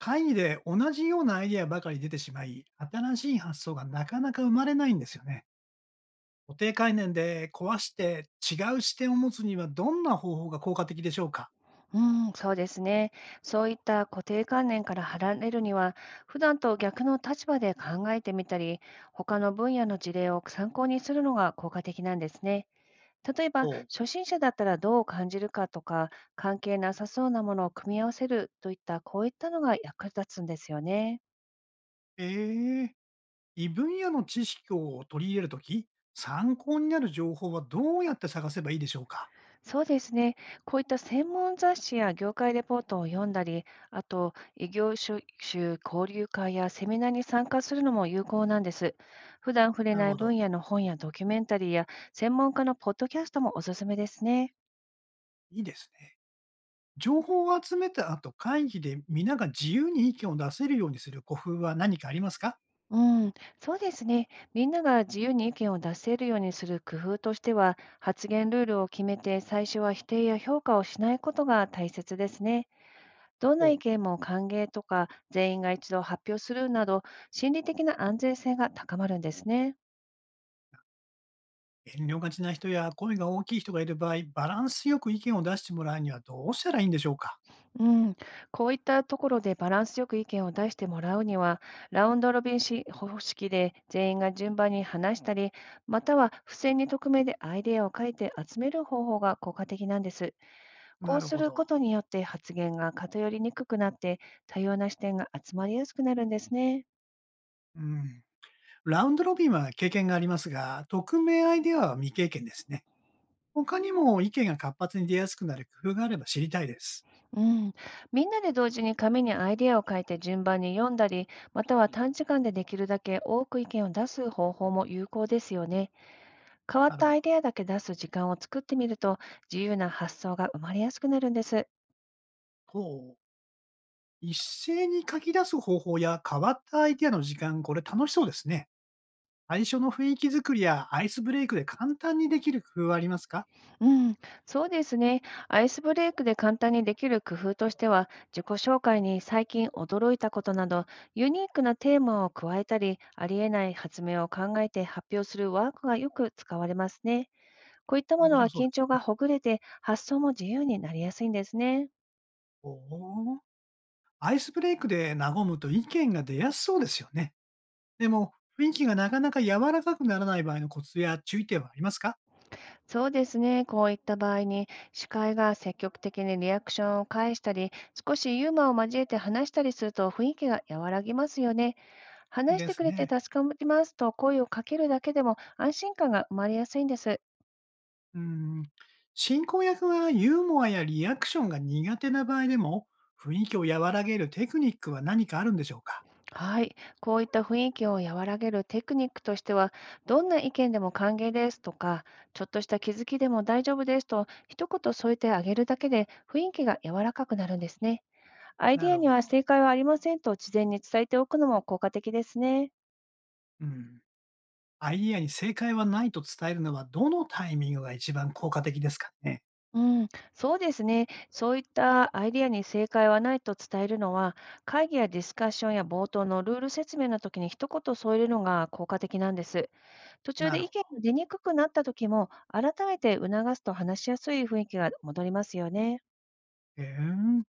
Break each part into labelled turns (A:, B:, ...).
A: 会議で同じようなアイデアばかり出てしまい、新しい発想がなかなか生まれないんですよね。固定概念で壊して違う視点を持つにはどんな方法が効果的でしょうか？
B: うそうですね。そういった固定観念から離れるには、普段と逆の立場で考えてみたり、他の分野の事例を参考にするのが効果的なんですね。例え
A: お
B: ば、
A: う。
B: 初心者だったらどう感じるかとか、関係なさそうなものを組み合わせるといった、こういったのが役立つんですよね。
A: えー、異分野の知識を取り入れるとき、参考になる情報はどうやって探せばいいでしょうか？
B: そうですね。こういった専門雑誌や業界レポートを読んだり、あと異業種交流会やセミナーに参加するのも有効なんです。普段触れ
A: なる
B: ない
A: ほど。
B: 分野の本やドキュメンタリーや専門家のポッドキャストもおすすめですね。
A: いいですね。情報を集めた後、会議で皆が自由に意見を出せるようにする工夫は何かありますか？
B: うん、そうですね。みんなが自由に意見を出せるようにする工夫としては、発言ルールを決めて、最初は否定や評価をしないことが大切ですね。どん
A: お
B: な
A: う。
B: 意見も歓迎とか、全員が一度発表するなど、心理的な安全性が高まるんですね。
A: 遠慮がちな人や声が大きい人がいる場合、バランスよく意見を出してもらうにはどうしたらいいんでしょうか？
B: うん、こういったところでバランスよく意見を出してもらうには、ラウンドロビンし方式で全員が順番に話したり、または付箋に匿名でアイデアを書いて集める方法が効果的なんです。こ
A: な
B: う
A: る
B: す
A: ほ
B: る
A: ど。
B: ことによって発言が偏りにくくなって、多様な視点が集まりやすくなるんですね。
A: うん。ラウンドロビンは経験がありますが、匿名アイデアは未経験ですね。他にも意見が活発に出やすくなる工夫があれば知りたいです。
B: うん、みんなで同時に紙にアイデアを書いて順番に読んだり、または短時間でできるだけ多く意見を出す方法も有効ですよね。変わっ
A: なる
B: た
A: ほ
B: ア
A: ど。
B: イデアだけ出す時間を作ってみると、自由な発想が生まれやすくなるんです。
A: ほう。一斉に書き出す方法や変わったアイデアの時間、これ楽しそうですね。最初の雰囲気作りやアイスブレイクで簡単にできる工夫はありますか？
B: うん、そうですね。アイスブレイクで簡単にできる工夫としては、自己紹介に最近驚いたことなど、ユニークなテーマを加えたり、ありえない発明を考えて発表するワークがよく使われますね。こういったも
A: 面
B: のは
A: 白そう
B: 緊
A: で
B: 張
A: す。
B: がほぐれて、発想も自由になりやすいんですね。
A: おお。アイスブレイクで和むと意見が出やすそうですよね。でも、雰囲気がなかなか柔らかくならない場合のコツや注意点はありますか？
B: そうですね。こういった場合に、司会が積極的にリアクションを返したり、少しユーモアを交えて話したりすると、雰囲気が和らぎますよね。話し
A: で
B: て
A: す
B: くれ
A: ね。
B: て助かりますと声をかけるだけでも、安心感が生まれやすいんです。
A: うん。進行役はユーモアやリアクションが苦手な場合でも、雰囲気を和らげるテクニックは何かあるんでしょうか？
B: はい、こういった雰囲気を和らげるテクニックとしては、どんな意見でも歓迎ですとか、ちょっとした気づきでも大丈夫ですと、一言添えてあげるだけで雰囲気が柔らかくなるんですね。アイデ
A: な
B: ィア
A: る
B: に
A: ほど。
B: は正解はありませんと事前に伝えておくのも効果的ですね。
A: うん。アイディアに正解はないと伝えるのは、どのタイミングが一番効果的ですかね？
B: うん、そうですね。そういったアイディアに正解はないと伝えるのは、会議やディスカッションや冒頭のルール説明の時に一言添えるのが効果的なんです。途中
A: な
B: で
A: る
B: 意
A: ほ
B: 見
A: ど。
B: が出にくくなった時も、改めて促すと話しやすい雰囲気が戻りますよね。
A: へえ。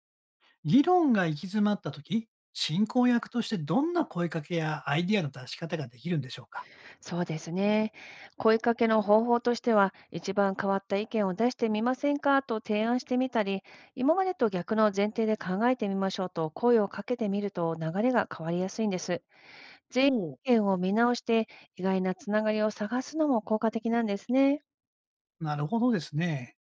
A: 議論が行き詰まった時、進行役としてどんな声かけやアイディアの出し方ができるんでしょうか？
B: そうですね。声かけの方法としては、一番変わった意見を出してみませんかと提案してみたり、今までと逆の前提で考えてみましょうと声をかけてみると、流れが変わりやすいんです。全
A: お
B: 員
A: う。
B: の意見を見直して、意外なつながりを探すのも効果的なんですね。
A: なるほどですね。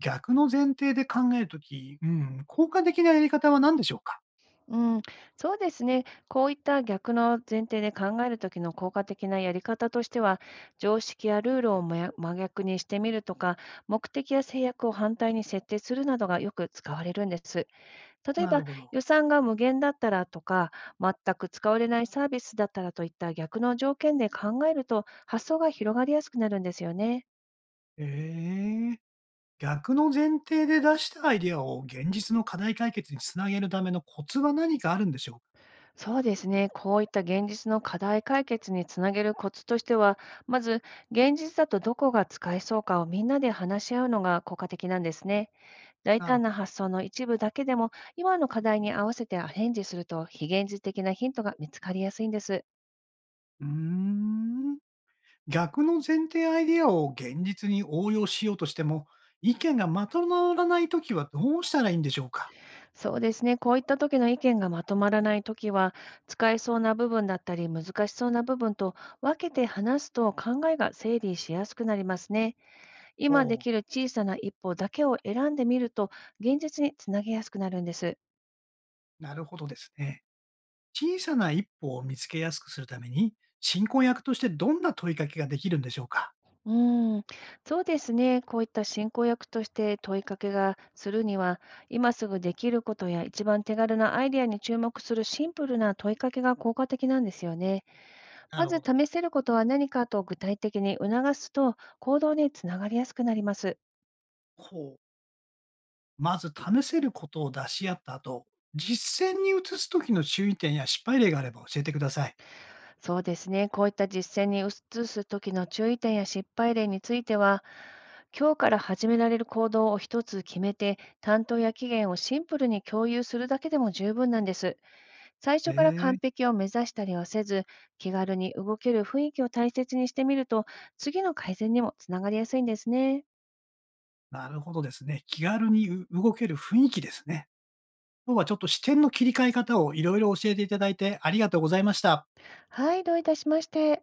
A: 逆の前提で考えるとき、うん、効果的なやり方は何でしょうか？
B: うん、そうですね。こういった逆の前提で考えるときの効果的なやり方としては、常識やルールをもや真逆にしてみるとか、目的や制約を反対に設定するなどがよく使われるんです。例え
A: な
B: ば、
A: るほど。
B: 予算が無限だったらとか、全く使われないサービスだったらといった逆の条件で考えると、発想が広がりやすくなるんですよね。
A: ええ。逆の前提で出したアイディアを現実の課題解決につなげるためのコツは何かあるんでしょうか？
B: そうですね。こういった現実の課題解決につなげるコツとしては、まず、現実だとどこが使えそうかをみんなで話し合うのが効果的なんですね。大
A: なる
B: 胆
A: ほ
B: な
A: ど。
B: 発想の一部だけでも、今の課題に合わせてアレンジすると、非現実的なヒントが見つかりやすいんです。
A: うーん。逆の前提アイデアを現実に応用しようとしても、意見がまとまらないときはどうしたらいいんでしょうか？
B: そうですね。こういった時の意見がまとまらない時は、使えそうな部分だったり、難しそうな部分と分けて話すと、考えが整理しやすくなりますね。
A: お
B: 今で
A: う。
B: きる小さな一歩だけを選んでみると、現実につなげやすくなるんです。
A: なるほどですね。小さな一歩を見つけやすくするために、進行役としてどんな問いかけができるんでしょうか？
B: うーん、そうですね。こういった進行役として問いかけがするには、今すぐできることや一番手軽なアイデアに注目するシンプルな問いかけが効果的なんですよね。
A: な
B: ま
A: る
B: ず
A: ほど。
B: 試せることは何かと具体的に促すと、行動につながりやすくなります。
A: ほう。まず試せることを出し合った後、実践に移すときの注意点や失敗例があれば教えてください。
B: そうですね。こういった実践に移す時の注意点や失敗例については、今日から始められる行動を一つ決めて、担当や期限をシンプルに共有するだけでも十分なんです。最初から
A: え
B: 完
A: え。
B: 璧を目指したりはせず、気軽に動ける雰囲気を大切にしてみると、次の改善にもつながりやすいんですね。
A: なるほどですね。気軽にう動ける雰囲気ですね。今日はちょっと視点の切り替え方をいろいろ教えていただいてありがとうございました。
B: はい、どういたしまして。